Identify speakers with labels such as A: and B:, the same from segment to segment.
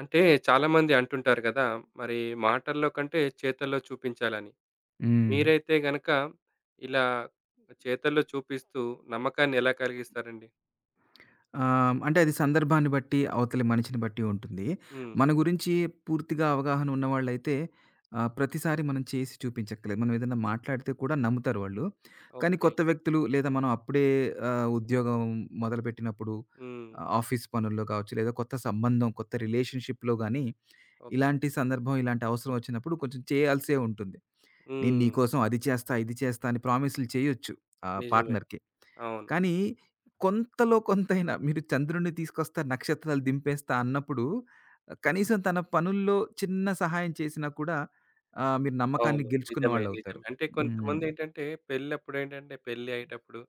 A: అంటే చాలామంది అంటుంటారు కదా! మరి మాటల్లో కంటే చేతల్లో చూపించాలని.
B: హ్మ్.
A: మీరైతే గనక ఇలా చేతల్లో చూపిస్తూ నమ్మకాన్ని ఎలా కలిగిస్తారండి?
B: అంటే అది సందర్భాన్ని బట్టి, అవతలి మనిషిని బట్టి ఉంటుంది.
A: హ్మ్.
B: మన గురించి పూర్తిగా అవగాహన ఉన్నవాళ్ళైతే ప్రతిసారి మనం చేసి చూపించక్కర్లేదు. మనం ఏదైనా మాట్లాడితే కూడా నమ్ముతారు వాళ్ళు. కానీ
A: ఓకే.
B: కొత్త వ్యక్తులు లేదా మనం అప్పుడే ఉద్యోగం మొదలుపెట్టినప్పుడు
A: హ్మ్.
B: ఆఫీస్ పనుల్లో కావచ్చు, లేదా కొత్త సంబంధం, కొత్త రిలేషన్‌షిప్‌లో గానీ,
A: ఓకే.
B: ఇలాంటి సందర్భం, ఇలాంటి అవసరం వచ్చినప్పుడు కొంచెం చేయాల్సే ఉంటుంది. నేను
A: హ్మ్.
B: నీకోసం అది చేస్తా, ఇది చేస్తా అని ప్రామిస్‌లు చేయొచ్చు. ఆ
A: నిజమే.
B: పార్ట్నర్‌కి.
A: అవును.
B: కానీ కొంతలో కొంతైనా మీరు చంద్రుడిని తీసుకొస్తా, నక్షత్రాలు దింపేస్తా అన్నప్పుడు కనీసం తన పనుల్లో చిన్న సహాయం చేసినా కూడా మీరు నమ్మకాన్ని
A: అవును.
B: గెలుచుకున్న
A: నిజమే.
B: వాళ్ళవుతారు.
A: నిజమే. అంటే
B: హ్మ్.
A: కొంతమందేంటంటే పెళ్ళప్పుడేంటంటే పెళ్లి అయ్యేటప్పుడు,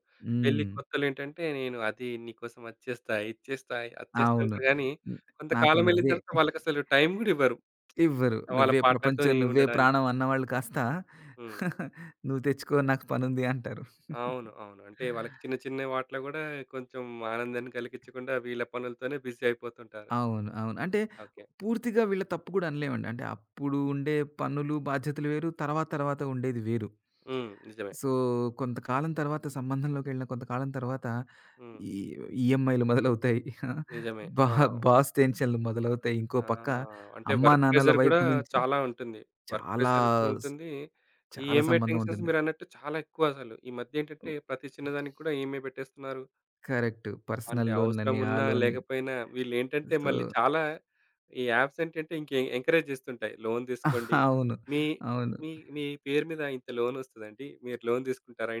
A: పెళ్లి
B: హ్మ్.
A: కొత్తలేంటంటే నేను అది నీకోసం అది చేస్తా, ఇది చేస్తా, అది చేస్తా
B: అవును.
A: అంటారు గానీ
B: హ్మ్. నాకు
A: కొంతకాలం వెళ్ళిన
B: నువ్వే
A: తర్వాత వాళ్ళకసలు టైం గూడా ఇవ్వరు.
B: ఇవ్వరు.
A: వాళ్ళ
B: నువ్వే ప్రపంచం,
A: పార్ట్నర్‌తోని
B: నువ్వే
A: ఉండడానికి.
B: ప్రాణం అన్నవాళ్ళు కాస్త
A: హ్మ్.
B: నువ్వు తెచ్చుకో నాకు పనుంది అంటారు.
A: అవును. అవును. అంటే వాళ్ళకి చిన్న చిన్న వాటిలో గూడా కొంచెం ఆనందాన్ని కలిగించకుండా వీళ్ళ పనులతోనే బిజీ అయిపోతుంటారు.
B: అవును. అవును. అంటే
A: ఓకే.
B: పూర్తిగా వీళ్ళ తప్పు గూడా అనలేమండి. అంటే అప్పుడు ఉండే పనులు, బాధ్యతలు వేరు. తర్వాత తర్వాత ఉండేది వేరు.
A: హ్మ్. నిజమే.
B: సో, కొంతకాలం తర్వాత సంబంధంలోకెళ్ళిన కొంతకాలం తర్వాత
A: హ్మ్.
B: ఈ ఈఎంఐలు మొదలవుతాయి.
A: నిజమే.
B: బా
A: ఆ!
B: బాస్ టెన్షన్‌లు మొదలవుతాయి. ఇంకో
A: ఆ!
B: పక్క
A: అంటే
B: అమ్మా,
A: వర్క్
B: నాన్నల
A: ప్రెషర్ గూడా
B: వైపు నుంచి
A: చాలా ఉంటుంది. వర్క్
B: చాలా
A: ప్రెషర్
B: స్
A: ఉంటుంది. ఈ
B: చాలా
A: ఈఎంఐ
B: సంబంధం
A: టెన్షన్స్
B: ఉంటుంది.
A: మీరన్నట్టు చాలా ఎక్కువ అసలు. ఈ మధ్య ఏంటంటే ప్రతి చిన్నదానికి కూడా ఈఎంఐ పెట్టేస్తున్నారు.
B: కరెక్ట్.
A: అంటే
B: పర్సనల్ లోన్‌లని, ఆ
A: అవసరమున్నా,
B: లోన్‌లని.
A: లేకపోయినా వీళ్ళేంటంటే
B: సో
A: మళ్ళీ చాలా ఈ యాప్స్ ఏంటంటే ఇంక ఎ ఎంకరేజ్ చేస్తుంటాయి. లోన్ తీసుకోండి.
B: అవును.
A: మీ
B: అవును.
A: మీ మీ పేరు మీద ఇంత లోన్ వస్తదండి. మీరు లోన్ తీసుకుంటారా?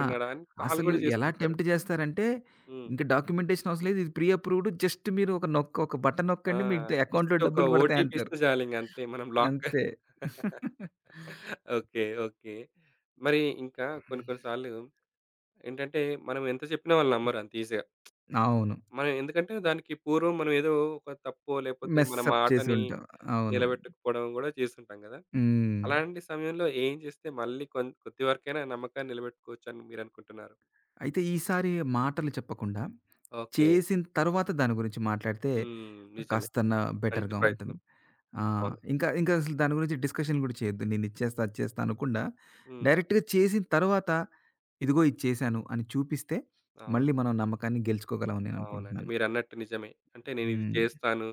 B: ఆ!
A: ఉన్నారా? అని కాల్
B: అసలు
A: గూడా
B: ఎలా
A: చేస్తుంటారు.
B: టెంప్ట్ చేస్తారంటే,
A: హ్మ్.
B: ఇంక డాక్యుమెంటేషన్ అవసరం లేదు. ఇది ప్రీ అప్రూవ్డ్ జస్ట్ మీరు ఒక బటన్
A: ఆ!
B: నొక్కండి మీ అకౌంట్‌లో
A: జస్ట్ ఒక
B: డబ్బులు పడతాయి
A: ఓటీపీ
B: అంటారు.
A: ఇస్తే చాలింక అంతే మనం లాక్.
B: అంతే.
A: ఓకే. ఓకే. మరి ఇంకా కొన్ని కొన్ని సార్లు ఏంటంటే మనం ఎంత చెప్పినా వాళ్ళు నమ్మరు అంత ఈజీగా.
B: అవును.
A: మనం ఎందుకంటే దానికి పూర్వం మనం ఏదో ఒక తప్పో లేకపోతే
B: మెస్
A: మన
B: అప్ చేసి
A: మాటని
B: ఉంటాం. అవును.
A: నిలబెట్టకపోవడం గూడా చేస్తుంటాం గదా!
B: హ్మ్.
A: అలాంటి సమయంలో ఏం చేస్తే మళ్ళీ కొన్ కొద్ది వరకైనా నమ్మకాన్ని నిలబెట్టుకోవచ్చు అని మీరనుకుంటున్నారు?
B: అయితే ఈసారి మాటలు చెప్పకుండా,
A: ఓకే.
B: చేసిన తర్వాత దాని గురించి మాట్లాడితే
A: హ్మ్. నిజమే.
B: కాస్తన్న
A: మంచి
B: బెటర్‌గా ఉంటుంది.
A: ప్రయత్నం.
B: ఆ!
A: అవును.
B: ఇంకా ఇంకా అసలు దాని గురించి డిస్కషన్ కూడా చేయొద్దు. నేనిది చేస్తా, అది చేస్తా అనకుండా
A: హ్మ్.
B: డైరెక్ట్‌గా చేసిన తర్వాత ఇదిగో ఇది చేశాను అని చూపిస్తే,
A: అవును.
B: మళ్ళీ మనం నమ్మకాన్ని గెలుచుకోగలం అని
A: అవునండి.
B: నేననుకుంటున్నాను.
A: మీరన్నట్టు నిజమే. అంటే నేనిది
B: హ్మ్.
A: చేస్తాను.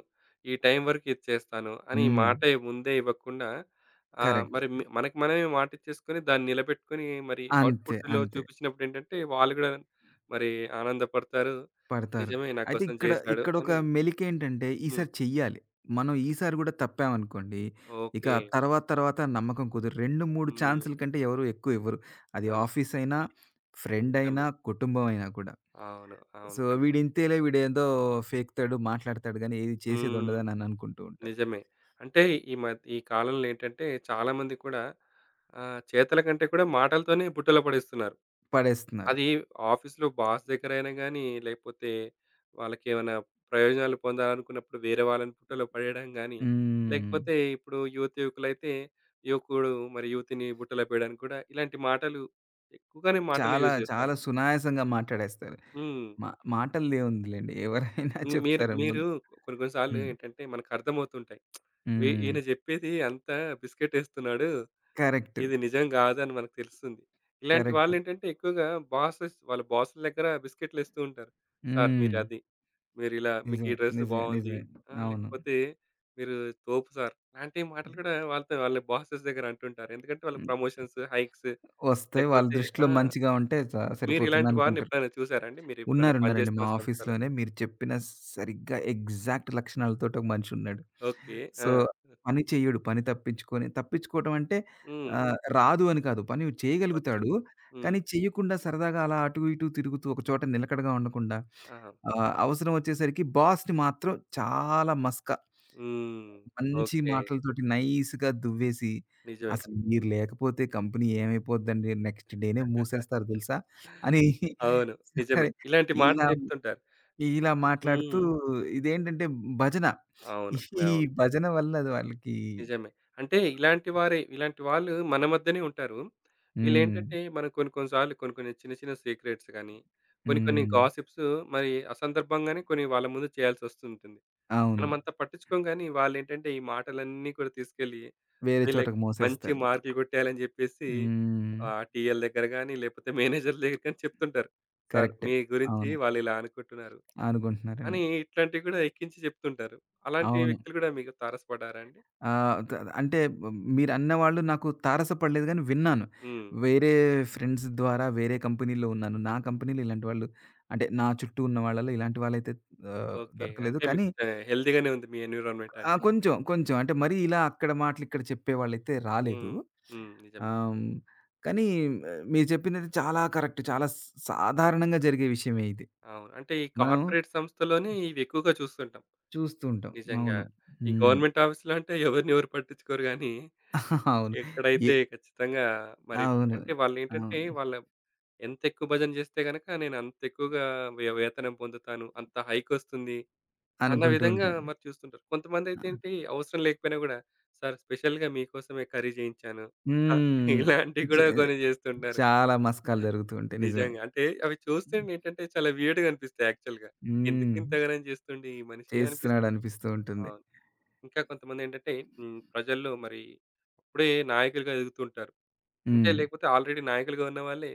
A: ఈ టైం వరకు ఇది చేస్తాను అని
B: హ్మ్.
A: మాటే ముందే ఇవ్వకుండా
B: కరెక్ట్.
A: మరి మి మనకి మనమే మాటిచ్చేసుకొని దాన్ని నిలబెట్టుకొని మరి
B: అంతే.
A: అవుట్‌పుట్‌లో
B: అంతే.
A: చూపించినప్పుడేంటంటే వాళ్ళు గూడా మరి ఆనందపడతారు.
B: పడతారు.
A: నిజమే నా
B: అయితే
A: కోసం చేశాడు
B: ఇక్కడొక
A: అని
B: మెలికేంటంటే
A: హ్మ్.
B: ఈసారి చెయ్యాలి. మనం ఈసారి గూడా తప్పామనుకోండి, ఇక
A: ఓకే.
B: తర్వాత తర్వాత నమ్మకం కుదరదు. 2, 3
A: హ్మ్.
B: ఛాన్సుల కంటే ఎవరు ఎక్కువ ఇవ్వరు. అది
A: అంతే.
B: ఆఫీస్ అయినా, ఫ్రెండ్
A: నిజమే.
B: అయినా, కుటుంబం అయినా కూడా.
A: అవును. అవును.
B: సో,
A: అన్
B: వీడింతేలే వీడేదో ఫేకుతాడు, మాట్లాడతాడు గానీ ఏది
A: హ్మ్.
B: చేసేదుండదని అని అనుకుంటూ ఉంటారు.
A: నిజమే. అంటే ఈ మధ్య ఈ కాలంలో ఏంటంటే చాలామంది కూడా చేతల కంటే కూడా మాటలతోనే బుట్టలో పడేస్తున్నారు.
B: పడేస్తున్నారు.
A: అది ఆఫీస్‌లో బాస్ దగ్గరైనా గానీ, లేకపోతే వాళ్ళకేమైనా ప్రయోజనాలు పొందాలనుకున్నప్పుడు వేరే వాళ్ళని బుట్టలో పడేయడం గానీ,
B: హ్మ్.
A: లేకపోతే ఇప్పుడు యువతి, యువకులైతే యువకుడు మరి యువతిని బుట్టలో పడేయడానికి కూడా ఇలాంటి మాటలు ఎక్కువగానే మాటలు
B: చాలా,
A: యూజ్
B: చాలా
A: చేస్తాను.
B: సునాయాసంగా మాట్లాడేస్తారు.
A: హ్మ్.
B: మా మాటలదేముందిలెండి.
A: ఓకే.
B: ఎవరైనా
A: హ్మ్. మీరు
B: చెప్తారు
A: మీరు
B: ముందు.
A: కొన్ని కొన్ని సార్లు
B: హ్మ్.
A: ఏంటంటే మనకర్థమవుతుంటాయి. వీ
B: హ్మ్.
A: ఈయన చెప్పేది అంతా బిస్కెటేస్తున్నాడు.
B: కరెక్ట్.
A: ఇది నిజం కాదని మనకు తెలుస్తుంది. ఇలాంటి
B: కరెక్ట్.
A: వాళ్ళేంటంటే ఎక్కువగా బాసెస్ వాళ్ళ బాసుల దగ్గర బిస్కెట్లు ఇస్తూ ఉంటారు. సార్
B: హ్మ్.
A: మీరది, మీరిలా మీకు ఈ
B: నిజమే.
A: డ్రెస్
B: నిజమే.
A: బావుంది.
B: నిజమే.
A: ఆ!
B: అవును.
A: లేకపోతే మీరు తోపు సార్ లాంటి మాటలు కూడా వాళ్ళతో వాళ్ళ బాసెస్ దగ్గర అంటుంటారు. ఎందుకంటే వాళ్ళకి
B: హ్మ్.
A: ప్రమోషన్స్, హైక్స్
B: వస్తాయి. వాళ్ళ
A: లేకపోతే
B: దృష్టిలో
A: ఆ!
B: మంచిగా ఉంటే
A: మీరిలాంటి వారిని
B: సరిపోతుందనుకుంటారు.
A: ఎప్పుడైనా చూసారా అండి? మీరెప్పుడైనా
B: ఉన్నారు.
A: పని
B: ఉన్నారండి. మా
A: చేస్తున్న సంస్థలో?
B: ఆఫీస్‌లోనే మీరు చెప్పిన సరిగ్గా ఎగ్జాక్ట్ లక్షణాలతోటి ఒక మనిషున్నాడు.
A: ఓకే.
B: సో,
A: ఆ!
B: పని చెయ్యడు. పని తప్పించుకొని తప్పించుకోవటం అంటే
A: హ్మ్.
B: రాదు అని కాదు. పని
A: వచ్చు.
B: చేయగలుగుతాడు.
A: హ్మ్.
B: కానీ చెయ్యకుండా సరదాగా అలా అటు ఇటు తిరుగుతూ ఒక చోట నిలకడగా ఉండకుండా
A: ఆహా!
B: అవసరం వచ్చేసరికి బాస్‌ని మాత్రం చాలా మసక.
A: హ్మ్.
B: మంచి
A: ఓకే.
B: మాటలతోటి నైస్‌గా దువ్వేసి
A: నిజమే.
B: అసలు మీరు లేకపోతే కంపెనీ ఏమైపోద్దండి నెక్స్ట్ డేనే మూసేస్తారు తెలుసా అని
A: అవును. నిజమే.
B: సరే
A: ఇలాంటి
B: ఇలా
A: మాటలు చెప్తుంటారు.
B: ఇలా మాట్లాడుతూ
A: హ్మ్.
B: ఇదేంటంటే భజన.
A: అవును.
B: ఈ
A: అవును.
B: భజన వల్ల అది వాళ్ళకి
A: నిజమే. అంటే ఇలాంటి వారే ఇలాంటి వాళ్ళు మన మధ్యనే ఉంటారు.
B: హ్మ్.
A: వీళ్ళేంటంటే మనం కొన్ని కొన్ని సార్లు కొన్ని కొన్ని చిన్న చిన్న సీక్రెట్స్ గాని, కొన్ని కొన్ని
B: హ్మ్.
A: గాసిప్స్ మరి అసందర్భంగానే కొన్ని వాళ్ళ ముందు చేయాల్సొస్తుంటుంది.
B: అవును.
A: మనమంత పట్టించుకోం గానీ వాళ్ళేంటంటే ఈ మాటలన్నీ కూడా తీసుకెళ్ళి
B: వేరే
A: వీళ్ళకి
B: చోటకి
A: మంచి
B: మోసేస్తారు.
A: మార్కులు కొట్టేయాలని చెప్పేసి
B: హ్మ్.
A: టీఎల్ దగ్గర గాని, లేకపోతే మేనేజర్ల దగ్గర గాని చెప్తుంటారు. సార్
B: కరెక్టే.
A: మీ గురించి
B: అవును.
A: వాళ్ళిలా అనుకుంటున్నారు. అని
B: అనుకుంటున్నారని.
A: ఇట్లాంటివి కూడా ఎక్కించి చెప్తుంటారు. అలాంటి
B: అవును.
A: వ్యక్తులు కూడా మీకు తారసపడ్డారా అండి?
B: ఆహ్, త అంటే మీరన్న వాళ్ళు నాకు తారసపడలేదు గానీ విన్నాను.
A: హ్మ్.
B: వేరే ఫ్రెండ్స్ ద్వారా వేరే కంపెనీలో ఉన్నాను. నా కంపెనీలో ఇలాంటి వాళ్ళు అంటే నా చుట్టూ ఉన్న వాళ్ళలో ఇలాంటి వాళ్ళైతే
A: ఓకే.
B: దొరకలేదు.
A: అంటే మీకు
B: కానీ
A: కొంచెం హెల్తీగానే ఉంది మీ ఎన్విరాన్మెంట్
B: ఆ!
A: అంటే.
B: కొంచెం. కొంచెం. అంటే మరీ ఇలా అక్కడ మాటలు ఇక్కడ చెప్పేవాళ్ళైతే రాలేదు.
A: హ్మ్. హ్మ్. నిజమే.
B: ఆహ్, కానీ మీరు చెప్పిందైతే చాలా కరెక్ట్. చాలా స్ సాధారణంగా జరిగే విషయమే ఇది.
A: అవును. అంటే ఈ
B: మనం
A: కార్పొరేట్ సంస్థలోనే ఇవి ఎక్కువగా చూస్తుంటాం.
B: చూస్తూ ఉంటాం.
A: నిజంగా.
B: అవును.
A: ఈ
B: హ్మ్.
A: గవర్నమెంట్ ఆఫీస్‌లో అంటే ఎవరిని ఎవరు పట్టించుకోరు గానీ,
B: అవును. ఎ
A: ఎక్కడైతే ఖచ్చితంగా మరి
B: అవును.
A: అంటే వాళ్ళేంటంటే
B: అవును.
A: వాళ్ళ ఎంత ఎక్కువ భజన చేస్తే గనక నేను అంత ఎక్కువగా వె వేతనం పొందుతాను. అంత హైకొస్తుంది. అన్న
B: అనుకుంటూ
A: విధంగా
B: ఉంటాం.
A: మరి చూస్తుంటారు. కొంతమందైతే
B: ఆ!
A: ఏంటి అవసరం లేకపోయినా గూడా, సార్ స్పెషల్‌గా మీకోసమే కర్రీ చేయించాను. ఆహ్,
B: హ్మ్.
A: ఇలాంటివి
B: చే
A: కూడా కొన్ని చేస్తుంటారు.
B: చాలా మసకాలు జరుగుతూ ఉంటాయి. నిజమే.
A: నిజంగా. అంటే అవి చూస్తేనే ఏంటంటే చాలా వియర్డ్‌గా అనిపిస్తాయి యాక్చువల్‌గా.
B: హ్మ్.
A: ఎందుకింతగనం చేస్తుండు ఈ మనిషి అనిపిస్తుంది.
B: చేస్తున్నాడనిపిస్తూ ఉంటుంది.
A: అవును. ఇంకా కొంతమందేంటంటే ప్రజల్లో మరి అప్పుడే నాయకులుగా ఎదుగుతుంటారు. అంటే
B: హ్మ్.
A: లేకపోతే ఆల్రెడీ నాయకులుగా ఉన్నవాళ్ళే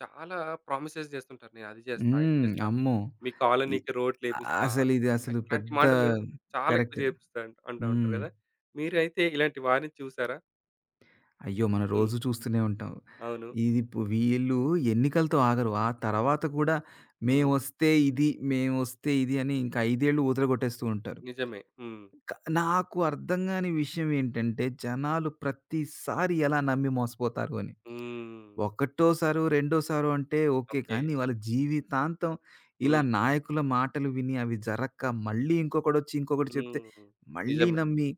A: చాలా ప్రామిసెస్ చేస్తుంటారు. నేనది చేస్తా, ఇది
B: హ్మ్.
A: చేస్తా.
B: అమ్మో!
A: మీ
B: ఇ
A: కాలనీకి రోడ్లేపిస్తా.
B: అసలిది అసలు
A: ఇట్లాంటి
B: పెద్ద
A: మాటలు చాలా ఎక్కువ
B: కరెక్ట్.
A: చేపిస్తా అంట అంటా ఉంటారు
B: హ్మ్.
A: కదా! మీరైతే ఇలాంటి వారిని చూసారా?
B: అయ్యో! మనం
A: హ్మ్.
B: రోజు చూస్తూనే ఉంటాం.
A: అవును.
B: ఇది పు వీళ్ళు ఎన్నికలతో ఆగరు. ఆ తర్వాత కూడా
A: హ్మ్.
B: మేమొస్తే ఇది, మేమొస్తే ఇది అని ఇంకా 5 ఏళ్ళు ఊదరగొట్టేస్తూ ఉంటారు.
A: నిజమే. హ్మ్.
B: క నాకు అర్థం గాని విషయం ఏంటంటే జనాలు ప్రతిసారి ఎలా నమ్మి మోసపోతారు అని.
A: హ్మ్.
B: ఒకటోసారో, రెండోసారో అంటే ఓకే.
A: ఓకే.
B: కానీ వాళ్ళ జీవితాంతం ఇలా
A: హ్మ్.
B: నాయకుల మాటలు విని అవి జరక్క మళ్ళీ ఇంకొకడొచ్చి ఇంకొకటి చెప్తే
A: హ్మ్.
B: మళ్ళీ
A: నిజమే.
B: నమ్మి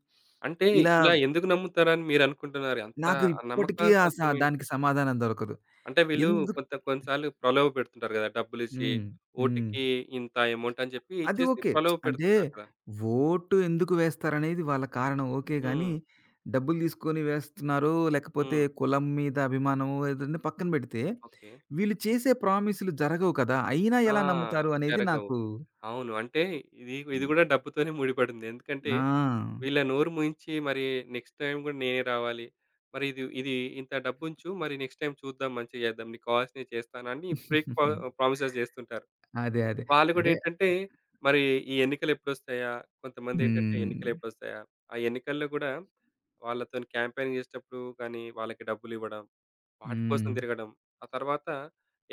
A: అంటే
B: ఇలా
A: ఇలా ఎందుకు నమ్ముతారని మీరనుకుంటున్నారు? అంత
B: నాకు
A: ఆ
B: ఇప్పటికీ ఆ
A: నమ్మకాల్సిన
B: స
A: అవసరం ఏంటి?
B: దానికి సమాధానం దొరకదు.
A: అంటే వీళ్ళు
B: ఎందుకు
A: కొంత కొన్ని సార్లు ప్రలోభ పెడుతుంటారు కదా! డబ్బులిచ్చి
B: హ్మ్. హ్మ్.
A: ఓటికి ఇంత అమౌంట్ అని చెప్పి
B: అది
A: ఇచ్చేసి
B: ఓకే.
A: ప్రలోభ
B: అంటే
A: పెడుతుంటారు కదా!
B: ఓటు ఎందుకు వేస్తారనేది వాళ్ళ కారణం ఓకే గానీ,
A: హ్మ్.
B: డబ్బులు తీసుకొని వేస్తున్నారో, లేకపోతే
A: హ్మ్.
B: కులం మీద అభిమానమో ఏదన్నా పక్కన పెడితే,
A: ఓకే.
B: వీళ్ళు చేసే ప్రామిస్‌లు జరగవు కదా! అయినా
A: ఆ!
B: ఎలా నమ్ముతారు అనేది
A: జరగవు.
B: నాకు
A: అవును. అంటే ఇది ఇది
B: హ్మ్.
A: గూడా డబ్బుతోనే ముడిపడింది. ఎందుకంటే
B: ఆ!
A: వీళ్ళ నోరు మూయించి మరి నెక్స్ట్ టైమ్ గూడా నేనే రావాలి. మరి ఇది ఇది ఇంత డబ్బుంచు మరి నెక్స్ట్ టైమ్ చూద్దాం మంచిగా చేద్దాం. నీకు కావాల్సినవి చేస్తానని ఫేక్ పా ప్రామిసెస్ చేస్తుంటారు.
B: అదే. అదే.
A: వాళ్ళు గూడా
B: అంటే
A: ఏంటంటే మరి ఈ ఎన్నికలెప్పుడొస్తాయా? కొంతమందేంటంటే
B: హ్మ్.
A: ఎన్నికలెప్పుడొస్తాయా? ఆ ఎన్నికల్లో గూడా వాళ్ళతోని క్యాంపెయినింగ్ చేసేటప్పుడు కానీ వాళ్ళకి డబ్బులివ్వడం వాటి కోసం
B: హ్మ్.
A: తిరగడం. ఆ తర్వాత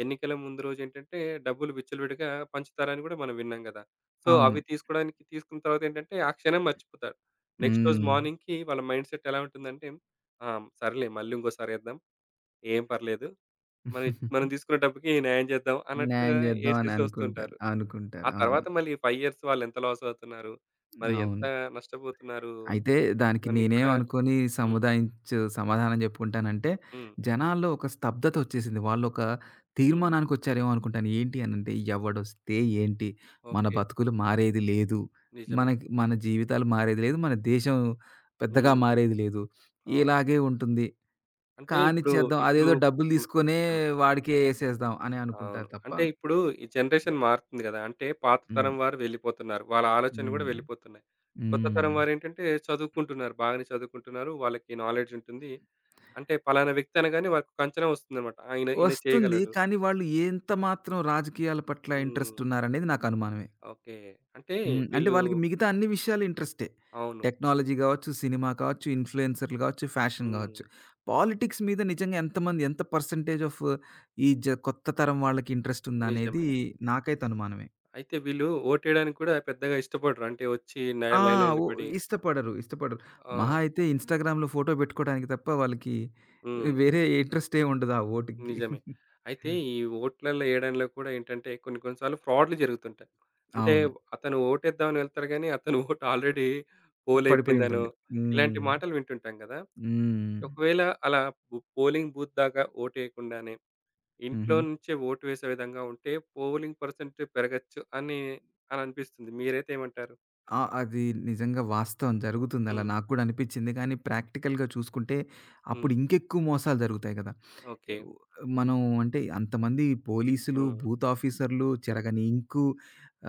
A: ఎన్నికల ముందు రోజేంటంటే డబ్బులు విచ్చలవిడిగా పంచుతారని గూడా మనం విన్నాం గదా! సో,
B: అవును.
A: అవి తీసుకోవడానికి తీసుకున్న తర్వాతేంటంటే ఆ క్షణం మర్చిపోతారు. నెక్స్ట్ రోజు
B: హ్మ్.
A: మార్నింగ్‌కి వాళ్ళ మైండ్ సెట్ ఎలా ఉంటుందంటే, ఆ! సర్లే మళ్ళీ ఇంకోసారేద్దాం. ఏం పర్లేదు. మనం మనం తీసుకున్న డబ్బుకి న్యాయం చేద్దాం
B: న్యాయం
A: అన్నట్టుగా
B: చేద్దాం అని
A: ఏసేసి
B: అనుకుంటారు.
A: వస్తుంటారు.
B: అనుకుంటారు.
A: ఆ
B: అవును.
A: తర్వాత మళ్ళీ 5 ఇయర్స్ వాళ్ళు ఎంత లాస్ అవుతున్నారు? మరి ఎంత
B: అవును.
A: నష్టపోతున్నారు?
B: అయితే దానికి
A: ఇవన్నీ కూడా
B: నేనేమనుకోని
A: హ్మ్.
B: సముదాయించు సమాధానం చెప్పుకుంటానంటే,
A: హ్మ్.
B: జనాల్లో ఒక స్తబ్దతొచ్చేసింది. వాళ్ళొక
A: హ్మ్.
B: తీర్మానానికొచ్చారేమో అనుకుంటాను. ఏంటి అనంటే, ఎవడొస్తే ఏంటి? మన
A: ఓకే.
B: బతుకులు మారేది లేదు.
A: నిజమే.
B: మనకి మన జీవితాలు మారేది లేదు. మన దేశం పెద్దగా
A: హ్మ్.
B: మారేది లేదు.
A: అవును.
B: ఇలాగే ఉంటుంది.
A: అంటే ఇప్పుడు,
B: కానిచ్చేద్దాం.
A: ఇప్పుడు
B: అదేదో డబ్బులు
A: కొంచెం
B: తీసుకొనే
A: నిజమే.
B: వాడికే ఏసేద్దాం అని అనుకుంటారు
A: అవును.
B: తప్ప
A: అంటే ఇప్పుడు ఈ జనరేషన్ మారుతుంది గదా! అంటే పాత
B: హ్మ్.
A: తరం వారు వెళ్ళిపోతున్నారు. వాళ్ళ ఆలోచనలు గూడా
B: హ్మ్.
A: వెళ్ళిపోతున్నాయి. కొత్త తరం
B: హ్మ్.
A: వారేంటంటే చదువుకుంటున్నారు. బాగానే చదువుకుంటున్నారు. వాళ్ళకి నాలెడ్జ్ ఉంటుంది. అంటే పలానా వ్యక్తి అనగానే వాళ్ళకొక అంచనా వస్తుందన్నమాట. ఆ! ఈయన, ఈయన
B: వస్తుంది.
A: చేయగలడు.
B: కానీ వాళ్ళు ఎంత మాత్రం రాజకీయాల పట్ల
A: హ్మ్.
B: ఇంట్రెస్ట్ ఉన్నారనేది నాకు అనుమానమే.
A: ఓకే. అంటే
B: హ్మ్. అంటే
A: వీళ్ళు
B: వాళ్ళకి మిగతా అన్ని విషయాలు ఇంట్రెస్టే.
A: అవును.
B: టెక్నాలజీ గావచ్చు, సినిమా కావచ్చు, ఇన్‌ఫ్లుయెన్సర్‌లు గావచ్చు, ఫ్యాషన్ గావచ్చు.
A: హ్మ్.
B: పాలిటిక్స్ మీద నిజంగా ఎంతమంది ఎంత పర్సెంటేజ్ ఆఫ్ ఈ జ కొత్త తరం వాళ్ళకి ఇంట్రెస్ట్ ఉందనేది
A: నిజమే.
B: నాకైతే అనుమానమే.
A: అయితే వీళ్ళు ఓటేయడానికి కూడా పెద్దగా ఇష్టపడరు. అంటే వచ్చి
B: ఆ!
A: న్యాల లైన్‌లో
B: ఓ
A: నిలబడి
B: ఇష్టపడరు. ఇష్టపడరు.
A: ఆ!
B: మహా అయితే ఇన్‌స్టాగ్రామ్‌లో ఫోటో పెట్టుకోవడానికి తప్ప వాళ్ళకి
A: హ్మ్.
B: వేరే ఇంట్రెస్టే ఉండదు ఆ ఓటికి.
A: నిజమే. అయితే ఈ ఓట్లల్లో ఏయడంలో కూడా ఏంటంటే కొన్ని కొన్ని సార్లు ఫ్రాడ్‌లు జరుగుతుంటాయి. అంటే
B: అవును.
A: అతను ఓటేద్దామని వెళ్తాడు గానీ అతను ఓటు ఆల్రెడీ పోల్
B: పడిపోయి
A: అయిపోయిందనో
B: ఉంటుంది.
A: ఇలాంటి
B: హ్మ్.
A: మాటలు వింటుంటాం గదా!
B: హ్మ్.
A: ఒకవేళ అలా బు పోలింగ్ బూత్ దాకా ఓటేయకుండానే ఇంట్లో
B: హుహు.
A: నుంచే ఓటు వేసే విధంగా ఉంటే పోలింగ్ పర్సెంట్ పెరగొచ్చు అని అని అనిపిస్తుంది. మీరైతే ఏమంటారు?
B: ఆ! అది నిజంగా వాస్తవం జరుగుతుంది అలా
A: హ్మ్.
B: నాకు కూడా అనిపిచ్చింది. కానీ ప్రాక్టికల్‌గా చూసుకుంటే అప్పుడు
A: హ్మ్.
B: ఇంకెక్కువ మోసాలు జరుగుతాయి కదా!
A: ఓకే.
B: మనం అంటే అంతమంది పోలీసులు,
A: హ్మ్.
B: బూత్ ఆఫీసర్‌లు, చెరగని ఇంకు,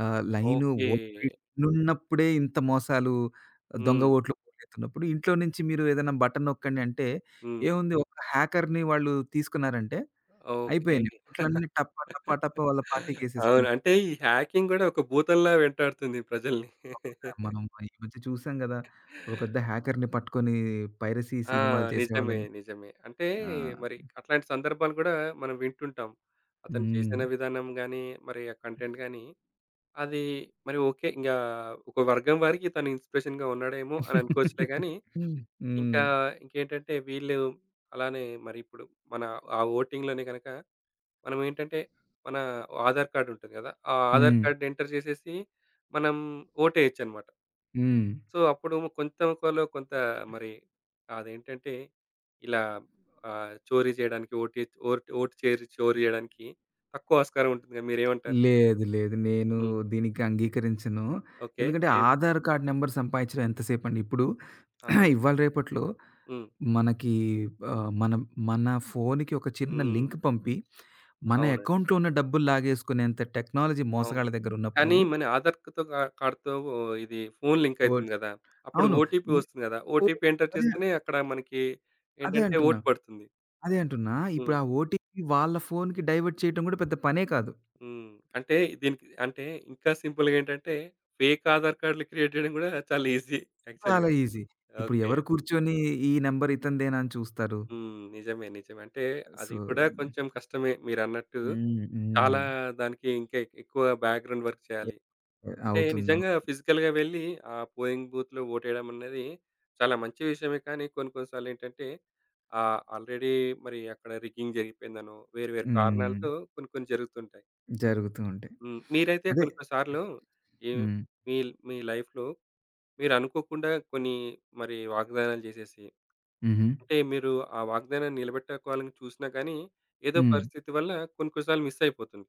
B: లైను,
A: ఓకే.
B: ఓట్లు ఇన్నున్నప్పుడే ఇంత మోసాలు దొంగ
A: హ్మ్.
B: ఓట్లు పోగొట్టేస్తున్నప్పుడు ఇంట్లో నుంచి మీరు ఏదైనా బటన్ నొక్కండి అంటే
A: హ్మ్.
B: ఏముంది ఒక హ్యాకర్‌ని వాళ్ళు తీసుకున్నారంటే
A: ఓకే.
B: అయిపోయినాయి. ఓట్లన్నీ టపా, టపా, టపా వాళ్ళ
A: అవును.
B: పార్టీకేసేసుకుంటారు.
A: అంటే ఈ హ్యాకింగ్ గూడా ఒక భూతంలా వెంటాడుతుంది ప్రజల్ని.
B: అవునా! మనం ఈ మధ్య చూసాం గదా! ఒక పెద్ద హ్యాకర్‌ని పట్టుకొని పైరసీ
A: ఆ!
B: సినిమాలు
A: నిజమే.
B: చేసేవాళ్ళని.
A: నిజమే. అంటే
B: ఆ!
A: మరి అట్లాంటి సందర్భాలు గూడా మనం వింటుంటాం. అతను
B: హ్మ్.
A: చేసిన విధానం గానీ, మరి ఆ కంటెంట్ గానీ, అది మరి ఓకే. ఇంగా ఒక వర్గం వారికి తను ఇన్‌స్పిరేషన్‌గా ఉన్నాడేమో అని అనుకోవచ్చులే గానీ, ఇంకా
B: హ్మ్.
A: ఇంకేంటంటే వీళ్ళు అలానే మరి ఇప్పుడు మన ఆ ఓటింగ్‌లోనే గనక మనం ఏంటంటే మన ఆధార్ కార్డ్ ఉంటుంది కదా! ఆ ఆధార్
B: హ్మ్.
A: కార్డ్ ఎంటర్ చేసేసి మనం ఓటేయొచ్చనమాట.
B: హ్మ్.
A: సో, అప్పుడు కొంత కొలో కొంత మరి అదేంటంటే ఇలా చోరీ చేయడానికి ఓటు ఓటు ఓటు చేరి చోరీ చేయడానికి తక్కువ ఆస్కారం ఉంటుంది కదా! మీరేమంటారు?
B: లేదు. లేదు. నేను
A: హ్మ్.
B: దీనికి అంగీకరించను.
A: ఓకే.
B: ఎందుకంటే
A: ఏది
B: ఆధార్ కార్డ్ నంబర్ సంపాదించడం ఎంతసేపండి. ఇప్పుడు
A: అవును.
B: ఇవాళ రేపట్లో
A: హ్మ్.
B: మనకి మనం మన ఫోన్‌కి ఒక చిన్న
A: హ్మ్.
B: లింక్ పంపి, మన
A: అవునండి.
B: అకౌంట్‌లో ఉన్న డబ్బులు లాగేసుకునేంత టెక్నాలజీ
A: అవును.
B: మోసగాళ్ళ దగ్గర ఉన్నప్పుడు
A: కానీ మన ఆధార్‌తో కా కార్డ్‌తో ఇది ఫోన్ లింక్
B: ఓట్
A: అయితుంది కదా! అప్పుడు
B: అవును.
A: ఓటీపీ
B: హ్మ్.
A: వస్తుంది కదా!
B: ఓ
A: ఓటీపీ ఎంటర్
B: అదే.
A: చేస్తేనే అక్కడ మనకి
B: అదే
A: ఏంటంటే
B: అంటున్నా.
A: ఓటు పడుతుంది.
B: అదే అంటున్నా. ఇప్పుడు
A: హ్మ్.
B: ఆ ఓటీపీ వాళ్ళ ఫోన్‌కి డైవర్ట్ చేయటం గూడా పెద్ద పనే కాదు.
A: హ్మ్. అంటే దీనికి అంటే ఇంకా సింపుల్‌గా ఏంటంటే ఫేక్ ఆధార్ కార్డ్‌లు క్రియేట్ చేయడం గూడా చాలా ఈజీ
B: చాలా
A: యాక్చువల్‌గా.
B: ఈజీ. ఇప్పుడు
A: ఓకే.
B: ఎవరు కూర్చొని ఈ నంబర్ ఇతనిదేనా అని చూస్తారు.
A: హ్మ్. నిజమే. నిజమే. అంటే
B: సో
A: అది కూడా కొంచెం కష్టమే మీరన్నట్టు.
B: హ్మ్.
A: చాలా
B: హ్మ్.
A: దానికి ఇంకా ఎక్కువ బ్యాక్‌గ్రౌండ్ వర్క్ చేయాలి. అంటే
B: అవుతుందా?
A: నిజంగా ఫిజికల్‌గా వెళ్లి ఆ పోలింగ్ బూత్‌లో ఓటేయడం అనేది చాలా మంచి విషయమే కానీ కొన్ని కొన్ని సార్లు ఏంటంటే ఆల్రెడీ మరి అక్కడ రిగ్గింగ్ జరిగిపోయిందనో వేరు వేరు
B: హ్మ్.
A: కారణాలతో కొన్ని కొన్ని జరుగుతుంటాయి.
B: జరుగుతూ ఉంటాయి.
A: హ్మ్. మీరైతే
B: అదే.
A: కొన్ని కొన్ని సార్లు ఈ
B: హ్మ్.
A: మీ మీ లైఫ్‌లో మీరనుకోకుండా కొన్ని మరి వాగ్దానాలు జేసేసి,
B: హుహు.
A: అంటే మీరు ఆ వాగ్దానాన్ని నిలబెట్టుకోవాలని చూసినా కానీ, ఏదో
B: హ్మ్.
A: పరిస్థితి వల్ల కొన్ని కొన్ని సార్లు మిస్ అయిపోతుంది.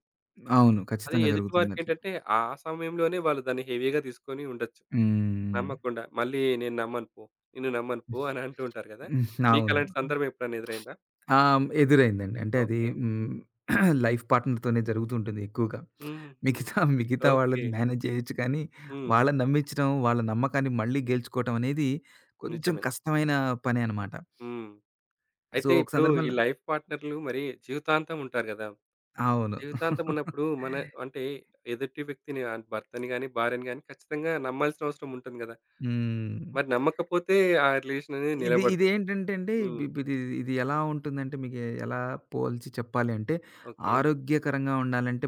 B: అవును.
A: అదే
B: ఖచ్చితంగా
A: ఎదుటి
B: జరుగుతుందట్లా.
A: వారికేంటంటే, ఆ సమయంలోనే వాళ్ళు దాన్ని హెవీగా తీసుకొని ఉండొచ్చు.
B: హ్మ్.
A: నమ్మకుండా. మళ్ళీ నేను నమ్మను పో, నిన్ను నమ్మను పో అని అంటూ ఉంటారు గదా!
B: హ్మ్. అవును.
A: మీకలాంటి సందర్భం ఎప్పుడైనా ఎదురైందా?
B: ఆ! ఎదురైందండి. అంటే అది
A: ఓకే.
B: హ్మ్. లైఫ్ పార్ట్నర్‌తోనే జరుగుతూ ఉంటుంది ఎక్కువగా.
A: హుహు.
B: మిగతా మిగతా వాళ్ళది
A: ఓకే.
B: మేనేజ్ చేయొచ్చు కానీ,
A: హ్మ్.
B: వాళ్ళని నమ్మించడం, వాళ్ళ నమ్మకాన్ని మళ్ళీ గెలుచుకోవటం అనేది కొంచెం
A: నిజమే.
B: కష్టమైన పనే అనమాట.
A: హ్మ్.
B: సో,
A: అయితే
B: ఒక
A: ఇప్పుడు ఈ
B: సందర్భంలో
A: లైఫ్ పార్ట్నర్‌లు మరి జీవితాంతం ఉంటారు గదా!
B: అవును.
A: జీవితాంతం ఉన్నప్పుడు మన అంటే ఎదుటి వ్యక్తిని భర్తని గాని, భార్యని గాని ఖచ్చితంగా నమ్మాల్సిన అవసరం ఉంటుంది గదా!
B: హ్మ్.
A: మరి నమ్మకపోతే ఆ రిలేషన్ అనేది
B: ఇది
A: నిలబడదు.
B: ఇదేంటంటే అండి ఇబ్
A: హ్మ్.
B: ఇబ్- ఇది ఇది ఎలా ఉంటుందంటే మీకు ఎలా పోల్చి చెప్పాలి అంటే,
A: ఓకే.
B: ఆరోగ్యకరంగా ఉండాలంటే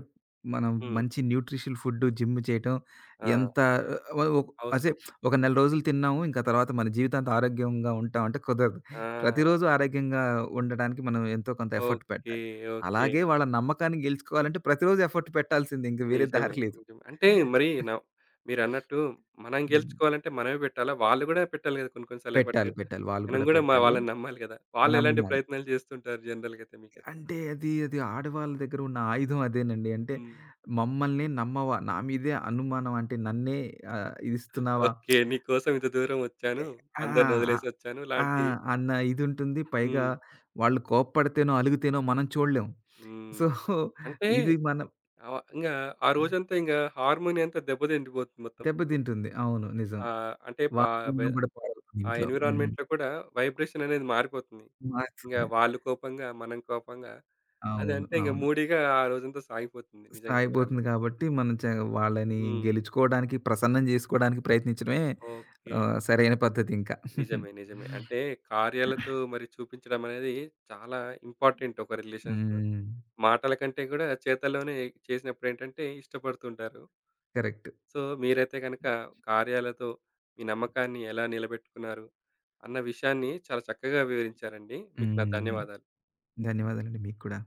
B: మనం
A: హ్మ్.
B: మంచి న్యూట్రిషల్ ఫుడ్, జిమ్ చేయటం
A: ఆ!
B: ఎంత వ ఒక్ అసే
A: అవసరం.
B: ఒక నెల రోజులు తిన్నాము. ఇంకా తర్వాత మన జీవితాంతం ఆరోగ్యంగా ఉంటాం అంటే కుదరదు. ప్రతిరోజు
A: ఆ!
B: ఆరోగ్యంగా ఉండడానికి మనం ఎంతో కొంత ఎఫర్ట్
A: ఓకే.
B: పెట్టాలి.
A: ఓకే.
B: అలాగే వాళ్ళ నమ్మకాన్ని గెలుచుకోవాలంటే ప్రతిరోజు ఎఫర్ట్ పెట్టాల్సిందే. ఇంక వేరే
A: నిజమే.
B: దారి లేదు.
A: నిజమే. అంటే మరి న మీరన్నట్టు మనం
B: హ్మ్.
A: గెలుచుకోవాలంటే మనమే పెట్టాలా? వాళ్ళు గూడా పెట్టాలి గదా! కొన్ని కొన్ని సార్లు ఎఫర్ట్.
B: పెట్టాలి. పెట్టాలి. వాళ్ళు
A: మనం
B: కూడా
A: గూడా మ
B: పెట్టాలి.
A: వాళ్ళని నమ్మాలి గదా! వాళ్ళెలాంటి
B: నమ్మాలి.
A: ప్రయత్నాలు జేస్తుంటారు జనరల్‌గా అయితే మీకైతే?
B: అంటే అది, అది ఆడవాళ్ళ దగ్గర ఉన్న ఆయుధం అదేనండి. అంటే
A: హ్మ్.
B: మమ్మల్ని నమ్మవా? నా మీదే అనుమానం అంటే నన్నే ఇదిస్తున్నావా?
A: ఓకే. నీకోసం ఇంత దూరం వచ్చాను.
B: ఆ!
A: అందరిని
B: ఆ!
A: వదిలేసొచ్చాను
B: ఆ!
A: లాంటి
B: అన్న ఇదుంటుంది. పైగా
A: హ్మ్.
B: వాళ్ళు కోప్పడితేనో, అలుగుతేనో మనం చూడలేం. సో,
A: హ్మ్. అంటే
B: ఇది మన
A: ఇంగ ఆ రోజంతా ఇంగ హార్మోని అంతా దెబ్బతిండిపోతుంది మొత్తం.
B: దెబ్బతింటుంది. అవును. నిజం.
A: ఆహ్, అంటే ఆహ్, వె
B: వాతావరణం కూడా పాడవుతుంది
A: ఆ
B: ఇంట్లో. హ్మ్.
A: ఎన్విరాన్మెంట్‌లో కూడా వైబ్రేషన్ అనేది మారిపోతుంది. ఇంగ
B: మారుతుంది.
A: వాళ్ళు కోపంగా, మనం కోపంగా
B: అవును.
A: అదంటే ఇంగ
B: అవును.
A: మూడీగా ఆ రోజంతా సాగిపోతుంది. నిజంగా
B: సాగిపోతుంది
A: మీరన్నట్టు.
B: కాబట్టి, మనం చ వాళ్ళని
A: హ్మ్.
B: గెలుచుకోవడానికి, ప్రసన్నం జేసుకోవడానికి ప్రయత్నించడమే
A: ఓకే.
B: సరైన పద్ధతింక. హ్మ్.
A: నిజమే. నిజమే. అంటే కార్యాలతో మరి చూపించడం అనేది చాలా ఇంపార్టెంట్ ఒక రిలేషన్స్‌లో. మాటల కంటే కూడా చేతల్లోనే చేసినప్పుడేంటంటే ఇష్టపడుతుంటారు.
B: కరెక్ట్.
A: సో, మీరైతే గనక కార్యాలతో మీ నమ్మకాన్ని ఎలా నిలబెట్టుకున్నారు? అన్న విషయాన్ని చాలా చక్కగా వివరించారండి. మీకు నా
B: హ్మ్.
A: ధన్యవాదాలు.
B: ధన్యవాదాలండి మీకు కూడా.